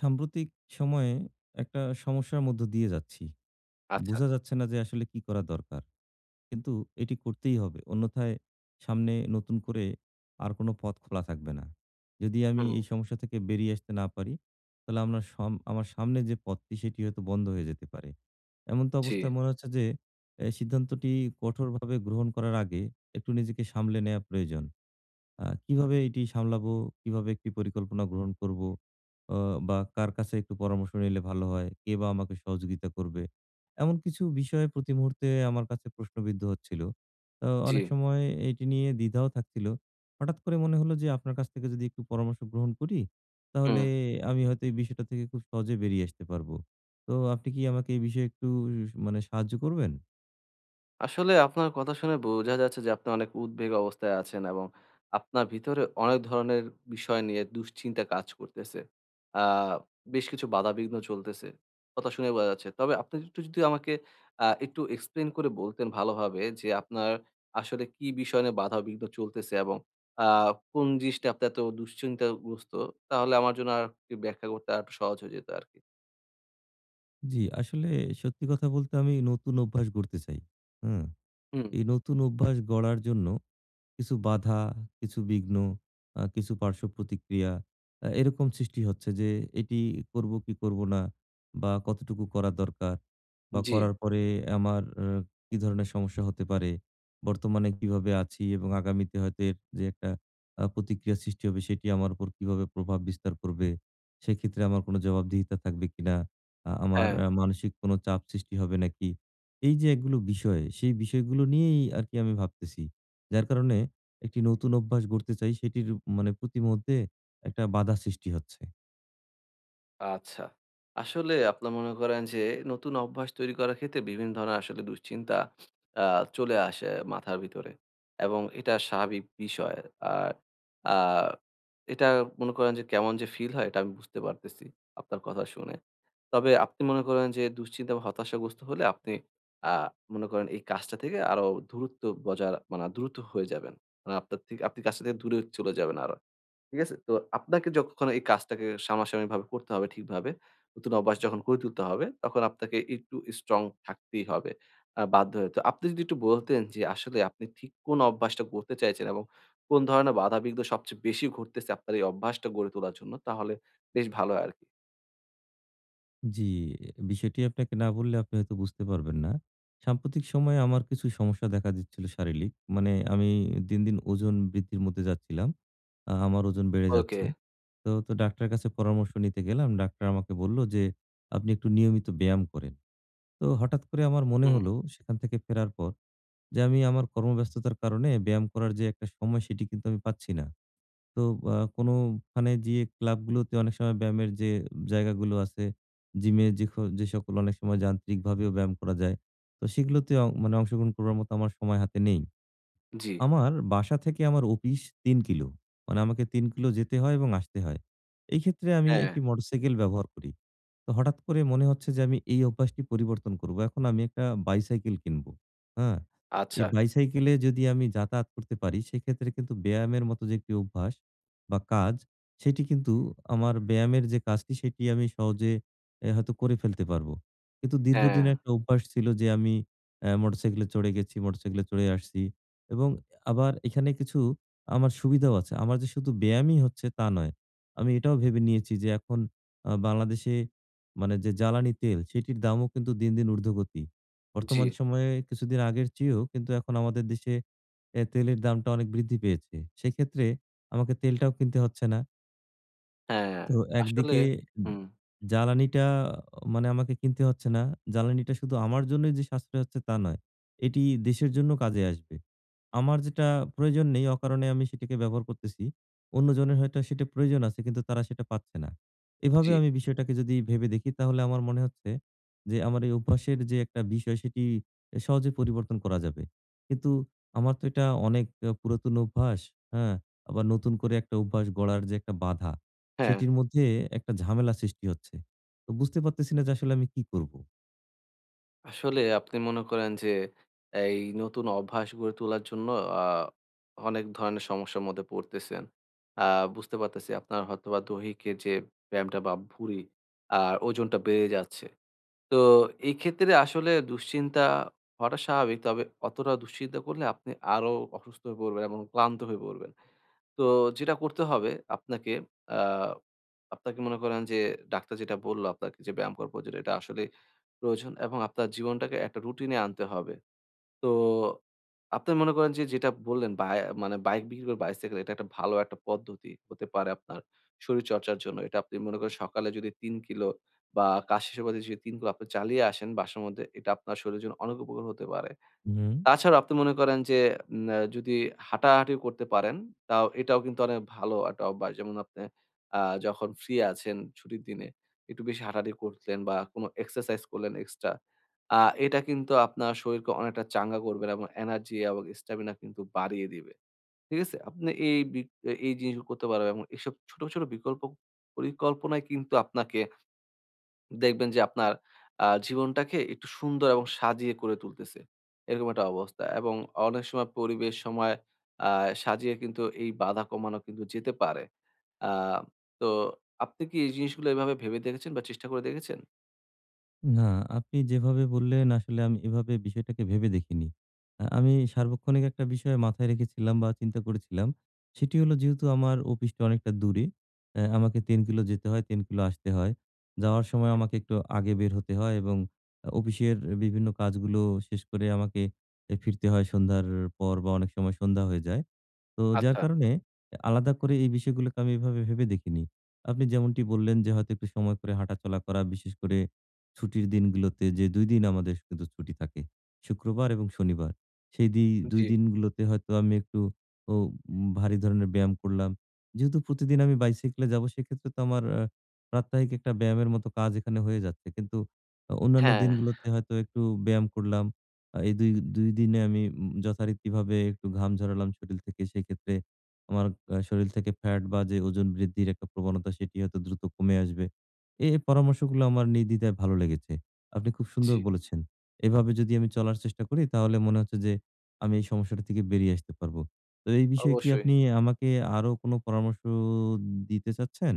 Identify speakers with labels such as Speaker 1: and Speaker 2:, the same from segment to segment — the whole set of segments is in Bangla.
Speaker 1: সাম্প্রতিক সময়ে একটা সমস্যার মধ্য দিয়ে যাচ্ছি।
Speaker 2: আচ্ছা।
Speaker 1: বোঝা যাচ্ছে না যে আসলে কি করা দরকার। কিন্তু এটি করতেই হবে। অন্যথায় সামনে নতুন করে আর কোনো পথ খোলা থাকবে না। যদি আমি
Speaker 2: হুম,
Speaker 1: এই সমস্যা থেকে বেরিয়ে আসতে না পারি, তাহলে আমরা সম আমার সামনে যে পথটি সেটি হয়তো বন্ধ হয়ে যেতে পারে। এমন তো
Speaker 2: জি,
Speaker 1: অবস্থায় মনে হচ্ছে যে এ সিদ্ধান্তটি কঠোরভাবে গ্রহণ করার আগে একটু নিজেকে সামলে নেয়া প্রয়োজন। কিভাবে এটি সামলাবো? কিভাবে একটি পরিকল্পনা গ্রহণ করব? অ বা কার কাছে একটু পরামর্শ নিলে ভালো হয়? কে বা আমাকে সহযোগিতা করবে? এমন কিছু বিষয় প্রতি মুহূর্তে আমার কাছে প্রশ্নবিদ্ধ হচ্ছিল। তো
Speaker 2: জি,
Speaker 1: অনেক সময় এটি নিয়ে দ্বিধাও থাকছিল। হঠাৎ করে মনে হলো যে আপনার কাছ থেকে যদি একটু পরামর্শ গ্রহণ করি, তাহলে
Speaker 2: হুম।
Speaker 1: আমি হয়তো এই বিষয়টা থেকে খুব সহজে বেরিয়ে আসতে পারবো। তো আপনি কি আমাকে এই বিষয়ে একটু মানে সাহায্য করবেন?
Speaker 2: আসলে আপনার কথা শুনে বোঝা যাচ্ছে যে আপনি অনেক উদ্বেগ অবস্থায় আছেন এবং আপনার ভিতরে অনেক ধরনের বিষয় নিয়ে দুশ্চিন্তা কাজ করতেছে। আ বেশ কিছু বাধাবিঘ্ন চলতেছে। কথা শুনে বোঝা যাচ্ছে। তবে আপনি একটু যদি আমাকে একটু explain করে বলতেন ভালোভাবে যে আপনার আসলে কি বিষয় নিয়ে বাধাবিঘ্ন চলতেছে এবং আ কোন জিনিসটা আপনার এত দুশ্চিন্তাগ্রস্ত তাহলে আমার জন্য আরেকটু ব্যাখ্যা করতে আরেকটু সহজ হয়ে যেত আরকি।
Speaker 1: জি, আসলে সত্যি কথা বলতে আমি নতুন অভ্যাস গড়তে চাই। হুম।
Speaker 2: হুম,
Speaker 1: এই নতুন অভ্যাস গড়ার জন্য কিছু বাধা, কিছু বিঘ্ন, কিছু পার্শ্ব প্রতিক্রিয়া এরকম সৃষ্টি হচ্ছে যে এটি করব কি করব না বা কতটুকু করা দরকার বা
Speaker 2: জি,
Speaker 1: করার পরে আমার কি ধরনের সমস্যা হতে পারে, বর্তমানে কিভাবে আছি এবং আগামীতে হয়তো এর যে একটা প্রতিক্রিয়া সৃষ্টি হবে সেটি আমার উপর কিভাবে প্রভাব বিস্তার করবে, সেক্ষেত্রে আমার কোনো জবাবদিহিতা থাকবে কিনা, আমার
Speaker 2: হ্যাঁ।
Speaker 1: মানসিক কোনো চাপ সৃষ্টি হবে নাকি? এই যে এগুলো বিষয়, সেই বিষয়গুলো নিয়েই আরকি আমি ভাবতেছি। যার কারণে একটি নতুন অভ্যাস গড়তে চাই সেটির মানে প্রতিমধ্যে একটা বাধা সৃষ্টি হচ্ছে।
Speaker 2: আচ্ছা। আসলে আপনার মনে করেন যে নতুন অভ্যাস তৈরি করার ক্ষেত্রে বিভিন্ন ধরনের আসলে দুশ্চিন্তা আ চলে আসে মাথার ভিতরে এবং এটা স্বাভাবিক বিষয়। আর আ এটা মনে করেন যে কেমন যে ফিল হয় এটা আমি বুঝতে পারতেছি আপনার কথা শুনে। তবে আপনি মনে করেন যে দুশ্চিন্তা বা হতাশাগ্রস্ত হলে আপনি আ মনে করেন এই কাজটা থেকে আরো দূরত্ব বজায় মানে দ্রুত হয়ে যাবেন। মানে আপনার থেকে আপনি কাজটা থেকে দূরে চলে যাবেন আরো। ঠিক আছে? তো আপনাকে যখন এই কাজটাকে সামনাসামনিভাবে করতে হবে ঠিকভাবে, নতুন অভ্যাস যখন গড়ে তুলতে হবে, তখন আপনাকে একটু স্ট্রং থাকতেই হবে। বাধ্য হয়ে। তো আপনি যদি একটু বলতেন যে আসলে আপনি ঠিক কোন অভ্যাসটা করতে চাইছেন এবং কোন ধরনের বাধাবিঘ্ন সবচেয়ে বেশি ঘটতেছে আপনার এই অভ্যাসটা গড়ে তোলার জন্য, তাহলে বেশ ভালো হয় আরকি।
Speaker 1: জি, বিষয়টি আপনাকে না বললে আপনি হয়তো বুঝতে পারবেন না। সাম্প্রতিক সময়ে আমার কিছু সমস্যা দেখা দিচ্ছিল শারীরিক। মানে আমি দিন, দিন ওজন বৃদ্ধির মধ্যে যাচ্ছিলাম। আমার ওজন বেড়ে
Speaker 2: ওকে।
Speaker 1: যাচ্ছে। তো ডাক্তারের কাছে পরামর্শ নিতে গেলাম। ডাক্তার আমাকে বলল যে, "আপনি একটু নিয়মিত ব্যায়াম করেন।" তো হঠাৎ করে আমার মনে
Speaker 2: হুম,
Speaker 1: হলো সেখান থেকে ফেরার পর যে আমি আমার কর্মব্যস্ততার কারণে ব্যায়াম করার যে একটা সময় সেটি কিন্তু আমি পাচ্ছি না। তো কোনোখানে যেয়ে ক্লাবগুলোতে অনেক সময় ব্যায়ামের যে জায়গাগুলো আছে, জিমে যে সকল অনেক সময় যান্ত্রিকভাবেও ব্যায়াম করা যায়। তো সেগুলোতে মানে অংশগ্রহণ করবার মতো আমার সময় হাতে নেই।
Speaker 2: জি।
Speaker 1: আমার বাসা থেকে আমার অফিস ৩ কিলো। মানে আমাকে ৩ কিলো যেতে হয় এবং আসতে হয়। এই ক্ষেত্রে আমি
Speaker 2: হ্যাঁ,
Speaker 1: একটি মোটরসাইকেল ব্যবহার করি। তো হঠাৎ করে মনে হচ্ছে যে আমি এই অভ্যাসটি পরিবর্তন করব। এখন আমি একটা বাইসাইকেল কিনবো। হ্যাঁ?
Speaker 2: আচ্ছা।
Speaker 1: এই বাইসাইকেলে যদি আমি যাতায়াত করতে পারি সেক্ষেত্রে কিন্তু ব্যায়ামের মতো যে একটি অভ্যাস বা কাজ সেটি কিন্তু আমার ব্যায়ামের যে কাজটি সেটি আমি সহজে এ হয়তো করে ফেলতে পারবো। কিন্তু
Speaker 2: হ্যাঁ,
Speaker 1: দীর্ঘদিনের একটা অভ্যাস ছিল যে আমি মোটরসাইকেলে চড়ে গেছি, মোটরসাইকেলে চড়ে আসছি এবং আবার এখানে কিছু আমার সুবিধাও আছে। আমার যে শুধু ব্যায়ামই হচ্ছে তা নয়। আমি এটাও ভেবে নিয়েছি যে এখন বাংলাদেশে মানে যে জ্বালানি তেল সেটির দামও কিন্তু দিন, দিন ঊর্ধ্বগতি।
Speaker 2: জি,
Speaker 1: বর্তমান সময়ে কিছুদিন আগের চেয়েও কিন্তু এখন আমাদের দেশে তেলের দামটা অনেক বৃদ্ধি পেয়েছে। সেক্ষেত্রে আমাকে তেলটাও কিনতে হচ্ছে না।
Speaker 2: হ্যাঁ।
Speaker 1: তো
Speaker 2: আসলে
Speaker 1: একদিকে
Speaker 2: হুম,
Speaker 1: জ্বালানিটা মানে আমাকে কিনতে হচ্ছে না। জ্বালানিটা শুধু আমার জন্যই যে সাশ্রয় হচ্ছে তা নয়। এটি দেশের জন্য কাজে আসবে। আমার যেটা প্রয়োজন নেই অকারণে আমি সেটাকে ব্যবহার করতেছি। অন্যজনের হয়তো সেটা প্রয়োজন আছে কিন্তু তারা সেটা পাচ্ছে না। এভাবে
Speaker 2: জি,
Speaker 1: আমি বিষয়টাকে যদি ভেবে দেখি তাহলে আমার মনে হচ্ছে যে আমার এই অভ্যাসের যে একটা বিষয় সেটি সহজে পরিবর্তন করা যাবে। কিন্তু আমার তো এটা অনেক পুরাতন অভ্যাস, হ্যাঁ? আবার নতুন করে একটা অভ্যাস গড়ার যে একটা বাধা
Speaker 2: হ্যাঁ।
Speaker 1: সেটির মধ্যে একটা ঝামেলা সৃষ্টি হচ্ছে। তো বুঝতে পারতেছি না যে আসলে আমি কি করব?
Speaker 2: আসলে আপনি মনে করেন যে এই নতুন অভ্যাস গড়ে তোলার জন্য আহ, অনেক ধরনের সমস্যার মধ্যে পড়তেছেন আহ, বুঝতে পারতেছি আপনার হয়তো বা দৈহিকের যে ব্যায়ামটা বা ভুঁড়ি আর ওজনটা বেড়ে যাচ্ছে। তো এই ক্ষেত্রে আসলে দুশ্চিন্তা হওয়াটা স্বাভাবিক, তবে অতটা দুশ্চিন্তা করলে আপনি আরো অসুস্থ হয়ে পড়বেন এবং ক্লান্ত হয়ে পড়বেন। তো যেটা করতে হবে আপনাকে, আহ আপনাকে মনে করেন যে ডাক্তার যেটা বলল আপনাকে যে ব্যায়াম করা প্রয়োজন, এটা আসলে প্রয়োজন এবং আপনার জীবনটাকে একটা রুটিনে আনতে হবে। তো আপনি মনে করেন যে যেটা বললেন বায় মানে বাইক বিক্রি করে বাইসাইকেল, এটা একটা ভালো একটা পদ্ধতি হতে পারে আপনার শরীরচর্চার জন্য। এটা আপনি মনে করেন সকালে যদি ৩ কিলো বা কাজ শেষের পথে যদি ৩ কিলো আপনি চালিয়ে আসেন বাসার মধ্যে, এটা আপনার শরীরের জন্য অনেক উপকার হতে পারে।
Speaker 1: হুম।
Speaker 2: তাছাড়া আপনি মনে করেন যে উম আ যদি হাঁটাহাঁটিও করতে পারেন, তাও এটাও কিন্তু অনেক ভালো একটা অভ্যাস। যেমন আপনি আ যখন ফ্রি আছেন ছুটির দিনে একটু বেশি হাঁটাহাঁটি করলেন বা কোনো এক্সারসাইজ করলেন এক্সট্রা। আ এটা কিন্তু আপনার শরীরকে অনেকটা চাঙ্গা করবে এবং এনার্জি এবং স্ট্যামিনা কিন্তু বাড়িয়ে দিবে। ঠিক আছে? আপনি এই জিনিসগুলো করতে পারবেন এবং এসব ছোট, ছোট বিকল্প পরিকল্পনায় কিন্তু আপনাকে দেখবেন যে আপনার জীবনটাকে একটু সুন্দর এবং সাজিয়ে করে তুলতেছে। এরকম একটা অবস্থা এবং অনেক সময় পরিবেশ, সময় আ সাজিয়ে কিন্তু এই বাধা কমানো কিন্তু যেতে পারে। আ তো আপনি কি এই জিনিসগুলো এভাবে ভেবে দেখেছেন বা চেষ্টা করে দেখেছেন?
Speaker 1: না, আপনি যেভাবে বললেন আসলে আমি এভাবে বিষয়টাকে ভেবে দেখিনি। আমি সার্বক্ষণিক একটা বিষয় মাথায় রেখেছিলাম বা চিন্তা করেছিলাম। সেটি হলো যেহেতু আমার অফিসটা অনেকটা দূরে, আমাকে ৩ কিলো যেতে হয়, ৩ কিলো আসতে হয়। যাওয়ার সময় আমাকে একটু আগে বের হতে হয় এবং অফিসের বিভিন্ন কাজগুলো শেষ করে আমাকে ফিরতে হয় সন্ধ্যার পর বা অনেক সময় সন্ধ্যা হয়ে যায়। তো যার
Speaker 2: আচ্ছা,
Speaker 1: কারণে আলাদা করে এই বিষয়গুলোকে আমি এভাবে ভেবে দেখিনি। আপনি যেমনটি বললেন যে হয়তো একটু সময় করে হাঁটাচলা করা, বিশেষ করে ছুটির দিনগুলোতে যে ২ দিন আমাদের কিন্তু ছুটি থাকে। শুক্রবার এবং শনিবার। সেই দি ২
Speaker 2: জি।
Speaker 1: দিনগুলোতে হয়তো আমি একটু ও ভারী ধরনের ব্যায়াম করলাম। যেহেতু প্রতিদিন আমি বাইসাইকেলে যাবো সেক্ষেত্রে তো আমার প্রাত্যহিক একটা ব্যায়ামের মতো কাজ এখানে হয়ে যাচ্ছে। কিন্তু অন্যান্য
Speaker 2: হ্যাঁ,
Speaker 1: দিনগুলোতে হয়তো একটু ব্যায়াম করলাম। এই ২ দিনে আমি যথারীতিভাবে একটু ঘাম ঝরালাম শরীল থেকে। সেক্ষেত্রে আমার শরীল থেকে ফ্যাট বা যে ওজন বৃদ্ধির একটা প্রবণতা সেটি হয়তো দ্রুত কমে আসবে। এই পরামর্শগুলো আমার নির্দ্বিধায় ভালো লেগেছে। আপনি খুব সুন্দর
Speaker 2: জি,
Speaker 1: বলেছেন। এভাবে যদি আমি চলার চেষ্টা করি তাহলে মনে হচ্ছে যে আমি এই সমস্যাটা থেকে বেরিয়ে আসতে পারবো। তো এই বিষয়ে কি
Speaker 2: অবশ্যই।
Speaker 1: আপনি আমাকে আরো কোনো পরামর্শ দিতে চাচ্ছেন?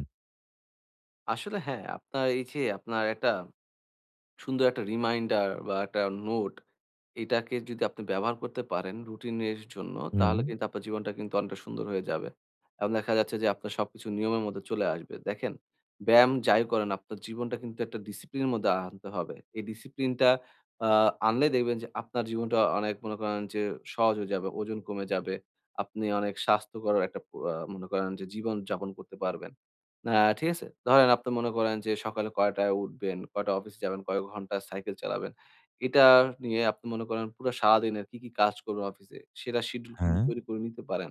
Speaker 2: আসলে হ্যাঁ, আপনার এই যে আপনার একটা সুন্দর একটা রিমাইন্ডার বা একটা নোট, এটাকে যদি আপনি ব্যবহার করতে পারেন রুটিনের জন্য,
Speaker 1: হুম।
Speaker 2: তাহলে কিন্তু আপনার জীবনটা কিন্তু অনেকটা সুন্দর হয়ে যাবে। এবং দেখা যাচ্ছে যে আপনার সবকিছু নিয়মের মধ্যে চলে আসবে। দেখেন, ব্যায়াম যাই করেন, আপনার জীবনটা কিন্তু একটা ডিসিপ্লিনের মধ্যে আনতে হবে। এই ডিসিপ্লিনটা আ আনলে দেখবেন যে আপনার জীবনটা অনেক মনে করেন যে সহজ হয়ে যাবে, ওজন কমে যাবে। আপনি অনেক স্বাস্থ্যকর একটা প আ মনে করেন যে জীবনযাপন করতে পারবেন। না, ঠিক আছে? ধরেন আপনি মনে করেন যে সকালে কয়টায় উঠবেন, কয়টা অফিসে যাবেন, কয় ঘন্টা সাইকেল চালাবেন। এটা নিয়ে আপনি মনে করেন পুরা সারাদিনের কি, কি কাজ করবেন অফিসে, সেটা শিডিউল কিন্তু
Speaker 1: হ্যাঁ।
Speaker 2: তৈরি করে নিতে পারেন।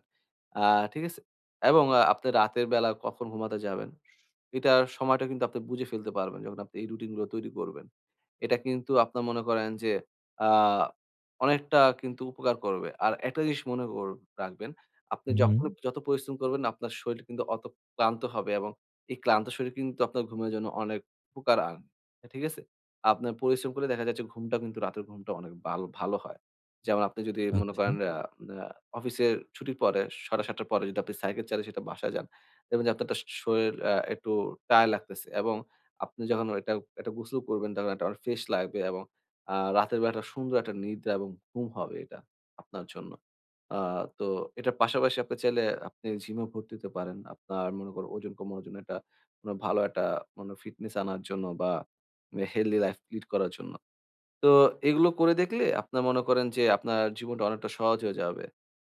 Speaker 2: আ ঠিক আছে? এবং আপনি রাতের বেলা কখন ঘুমাতে যাবেন, এটার সময়টা কিন্তু আপনি বুঝে ফেলতে পারবেন যখন আপনি এই রুটিন গুলো তৈরি করবেন। এটা কিন্তু আপনার মনে করেন যে আ অনেকটা কিন্তু উপকার করবে। আর একটা জিনিস মনে কর রাখবেন, আপনি
Speaker 1: হুম,
Speaker 2: যখন যত পরিশ্রম করবেন আপনার শরীর কিন্তু অত ক্লান্ত হবে এবং এই ক্লান্ত শরীর কিন্তু আপনার ঘুমের জন্য অনেক উপকার আন ঠিক আছে? আপনার পরিশ্রম করলে দেখা যাচ্ছে ঘুমটাও কিন্তু রাতের ঘুমটা অনেক ভালো ভালো হয়। যেমন আপনি যদি মনে
Speaker 1: আচ্ছা।
Speaker 2: করেন আ আ অফিসের ছুটির পরে ৭:৩০ র পরে যদি আপনি সাইকেল চালিয়ে সেটা বাসায় যান, দেখবেন যে আপনার একটা শরীর একটু টায়ার্ড লাগতেছে এবং আপনি যখন এটা একটা গোসল করবেন তখন একটা ফ্রেশ লাগবে এবং রাতের বেলাটা সুন্দর একটা নিদ্রা এবং ঘুম হবে এটা আপনার জন্য। আ তো এটার পাশাপাশি আপনি চাইলে আপনি জিমও ভর্তি হতে পারেন। আপনার মনে করেন ওজন কমানোর জন্য, এটা কোনো ভালো একটা মানে ফিটনেস আনার জন্য বা হেলথি লাইফ লিড করার জন্য। তো এগুলো করে দেখলে আপনার মনে করেন যে আপনার জীবনটা অনেকটা সহজ হয়ে যাবে।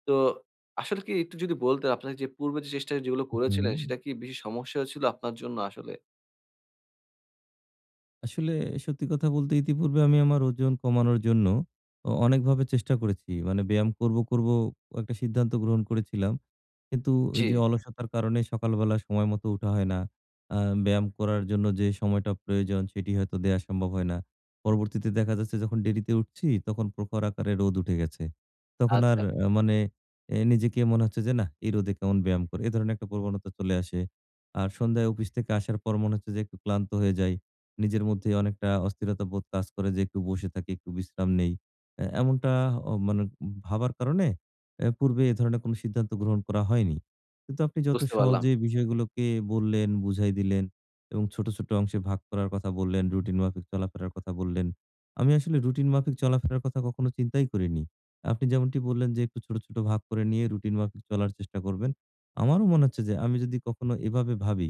Speaker 2: তো আসলে কি একটু যদি বলতেন আপনার যে পূর্বে যে চেষ্টা যেগুলো
Speaker 1: হুম।
Speaker 2: করেছিলেন সেটা কি বেশি সমস্যা হয়েছিল আপনার জন্য আসলে?
Speaker 1: আসলে সত্যি কথা বলতে ইতিপূর্বে আমি আমার ওজন কমানোর জন্য অনেকভাবে চেষ্টা করেছি। মানে ব্যায়াম করব, করব একটা সিদ্ধান্ত গ্রহণ করেছিলাম। কিন্তু ওই
Speaker 2: জি,
Speaker 1: যে অলসতার কারণে সকালবেলা সময় মতো উঠা হয় না। আ ব্যায়াম করার জন্য যে সময়টা প্রয়োজন সেটি হয়তো দেয়া সম্ভব হয় না। পরবর্তীতে দেখা যাচ্ছে যখন দেরিতে উঠছি তখন প্রখর আকারে রোদ উঠে গেছে। তখন আর
Speaker 2: আচ্ছা
Speaker 1: মানে নিজেকে মনে হচ্ছে যে নাহ এই রোদে কেমন ব্যায়াম করে। এ ধরনের একটা প্রবণতা চলে আসে। আর সন্ধ্যায় অফিস থেকে আসার পর মনে হচ্ছে যে একটু ক্লান্ত হয়ে যাই। নিজের মধ্যে অনেকটা অস্থিরতা বোধ কাজ করে যে একটু বসে থাকি, একটু বিশ্রাম নেই। এমনটা মানে ভাবার কারণে পূর্বে এ ধরনের কোনো সিদ্ধান্ত গ্রহণ করা হয়নি। কিন্তু আপনি যত
Speaker 2: বুঝতে পারলাম।
Speaker 1: সহজে বিষয়গুলোকে বললেন, বুঝাই দিলেন এবং ছোট, ছোট অংশে ভাগ করার কথা বললেন, রুটিন মাফিক চলাফেরার কথা বললেন। আমি আসলে রুটিন মাফিক চলাফেরার কথা কখনো চিন্তাই করিনি। আপনি যেমনটি বললেন যে একটু ছোট, ছোট ভাগ করে নিয়ে রুটিন মাফিক চলার চেষ্টা করবেন। আমারও মনে হচ্ছে যে আমি যদি কখনো এভাবে ভাবি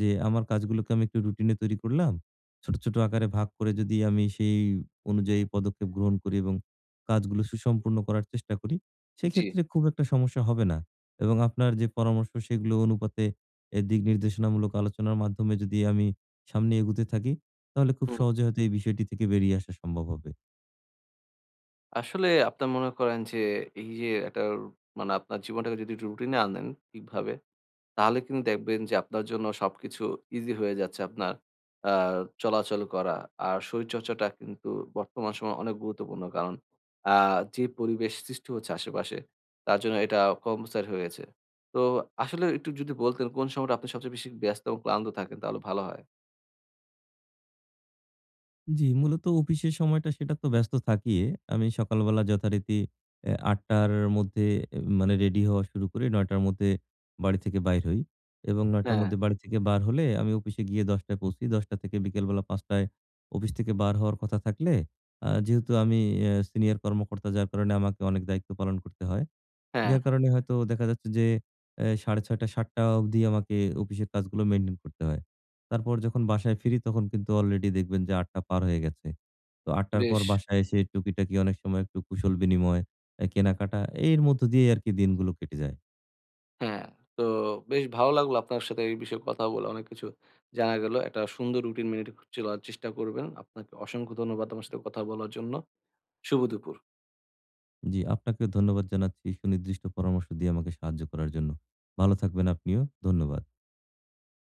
Speaker 1: যে আমার কাজগুলোকে আমি একটু রুটিনে তৈরি করলাম ছোট, ছোট আকারে ভাগ করে যদি আমি সেই অনুযায়ী পদক্ষেপ গ্রহণ করি এবং কাজগুলো সুসম্পূর্ণ করার চেষ্টা করি,
Speaker 2: জি,
Speaker 1: সেক্ষেত্রে খুব একটা সমস্যা হবে না। এবং আপনার যে পরামর্শ সেগুলো অনুপাতে দিক নির্দেশনামূলক আলোচনার মাধ্যমে যদি আমি সামনে এগুতে থাকি, তাহলে খুব
Speaker 2: হুম।
Speaker 1: সহজে হয়তো এই বিষয়টি থেকে বেরিয়ে আসা সম্ভব হবে।
Speaker 2: আসলে আপনার মনে করেন যে এই যে একটা মানে আপনার জীবনটাকে যদি রুটিন এ আনেন ঠিকভাবে তাহলে কিন্তু দেখবেন যে আপনার জন্য সবকিছু ইজি হয়ে যাচ্ছে আপনার আ চলাচল করা। আর শরীরচর্চাটা কিন্তু বর্তমান সময়ে অনেক গুরুত্বপূর্ণ। কারণ আ যে পরিবেশ সৃষ্টি হচ্ছে আশেপাশে তার জন্য এটা কম্পালসারি হয়েছে। তো আসলে একটু যদি বলতেন কোন সময়টা আপনি সবচেয়ে বেশি ব্যস্ত এবং ক্লান্ত থাকেন তাহলে ভালো হয়।
Speaker 1: জি, মূলত অফিসের সময়টা সেটা তো ব্যস্ত থাকিয়ে আমি সকালবেলা যথারীতি ৮:০০ র মধ্যে মানে রেডি হওয়া শুরু করি। ৯:০০ র মধ্যে বাড়ি থেকে বাইর হই এবং ৯:০০ র
Speaker 2: হ্যাঁ,
Speaker 1: মধ্যে বাড়ি থেকে বার হলে আমি অফিসে গিয়ে ১০:০০ য় পৌঁছি। ১০:০০ থেকে বিকেলবেলা ৫:০০ য় অফিস থেকে বার হওয়ার কথা থাকলে যেহেতু আমি সিনিয়র কর্মকর্তা যার কারণে আমাকে অনেক দায়িত্ব পালন করতে হয়।
Speaker 2: হ্যাঁ,
Speaker 1: যার কারণে হয়তো দেখা যাচ্ছে যে ৬:৩০ ৭:০০ অবধি আমাকে অফিসের কাজগুলো মেইনটেইন করতে হয়। তারপর যখন বাসায় ফিরি তখন কিন্তু অলরেডি দেখবেন যে ৮:০০ পার হয়ে গেছে। তো ৮:০০ পর
Speaker 2: বেশ
Speaker 1: বাসায় এসে টুকিটাকি অনেক সময় একটু কুশল বিনিময়, কেনাকাটা এর মধ্য দিয়েই আরকি দিনগুলো কেটে যায়।
Speaker 2: হ্যাঁ। তো বেশ ভালো লাগলো আপনার সাথে এই বিষয়ে কথা বলে অনেক কিছু জানা গেল। একটা সুন্দর রুটিন মেনে চলার চেষ্টা করবেন। আপনাকে অসংখ্য ধন্যবাদ আমার সাথে কথা বলার জন্য। শুভ দুপুর।
Speaker 1: জি, আপনাকেও ধন্যবাদ জানাচ্ছি সুনির্দিষ্ট পরামর্শ দিয়ে আমাকে সাহায্য করার জন্য। ভালো থাকবেন আপনিও। ধন্যবাদ।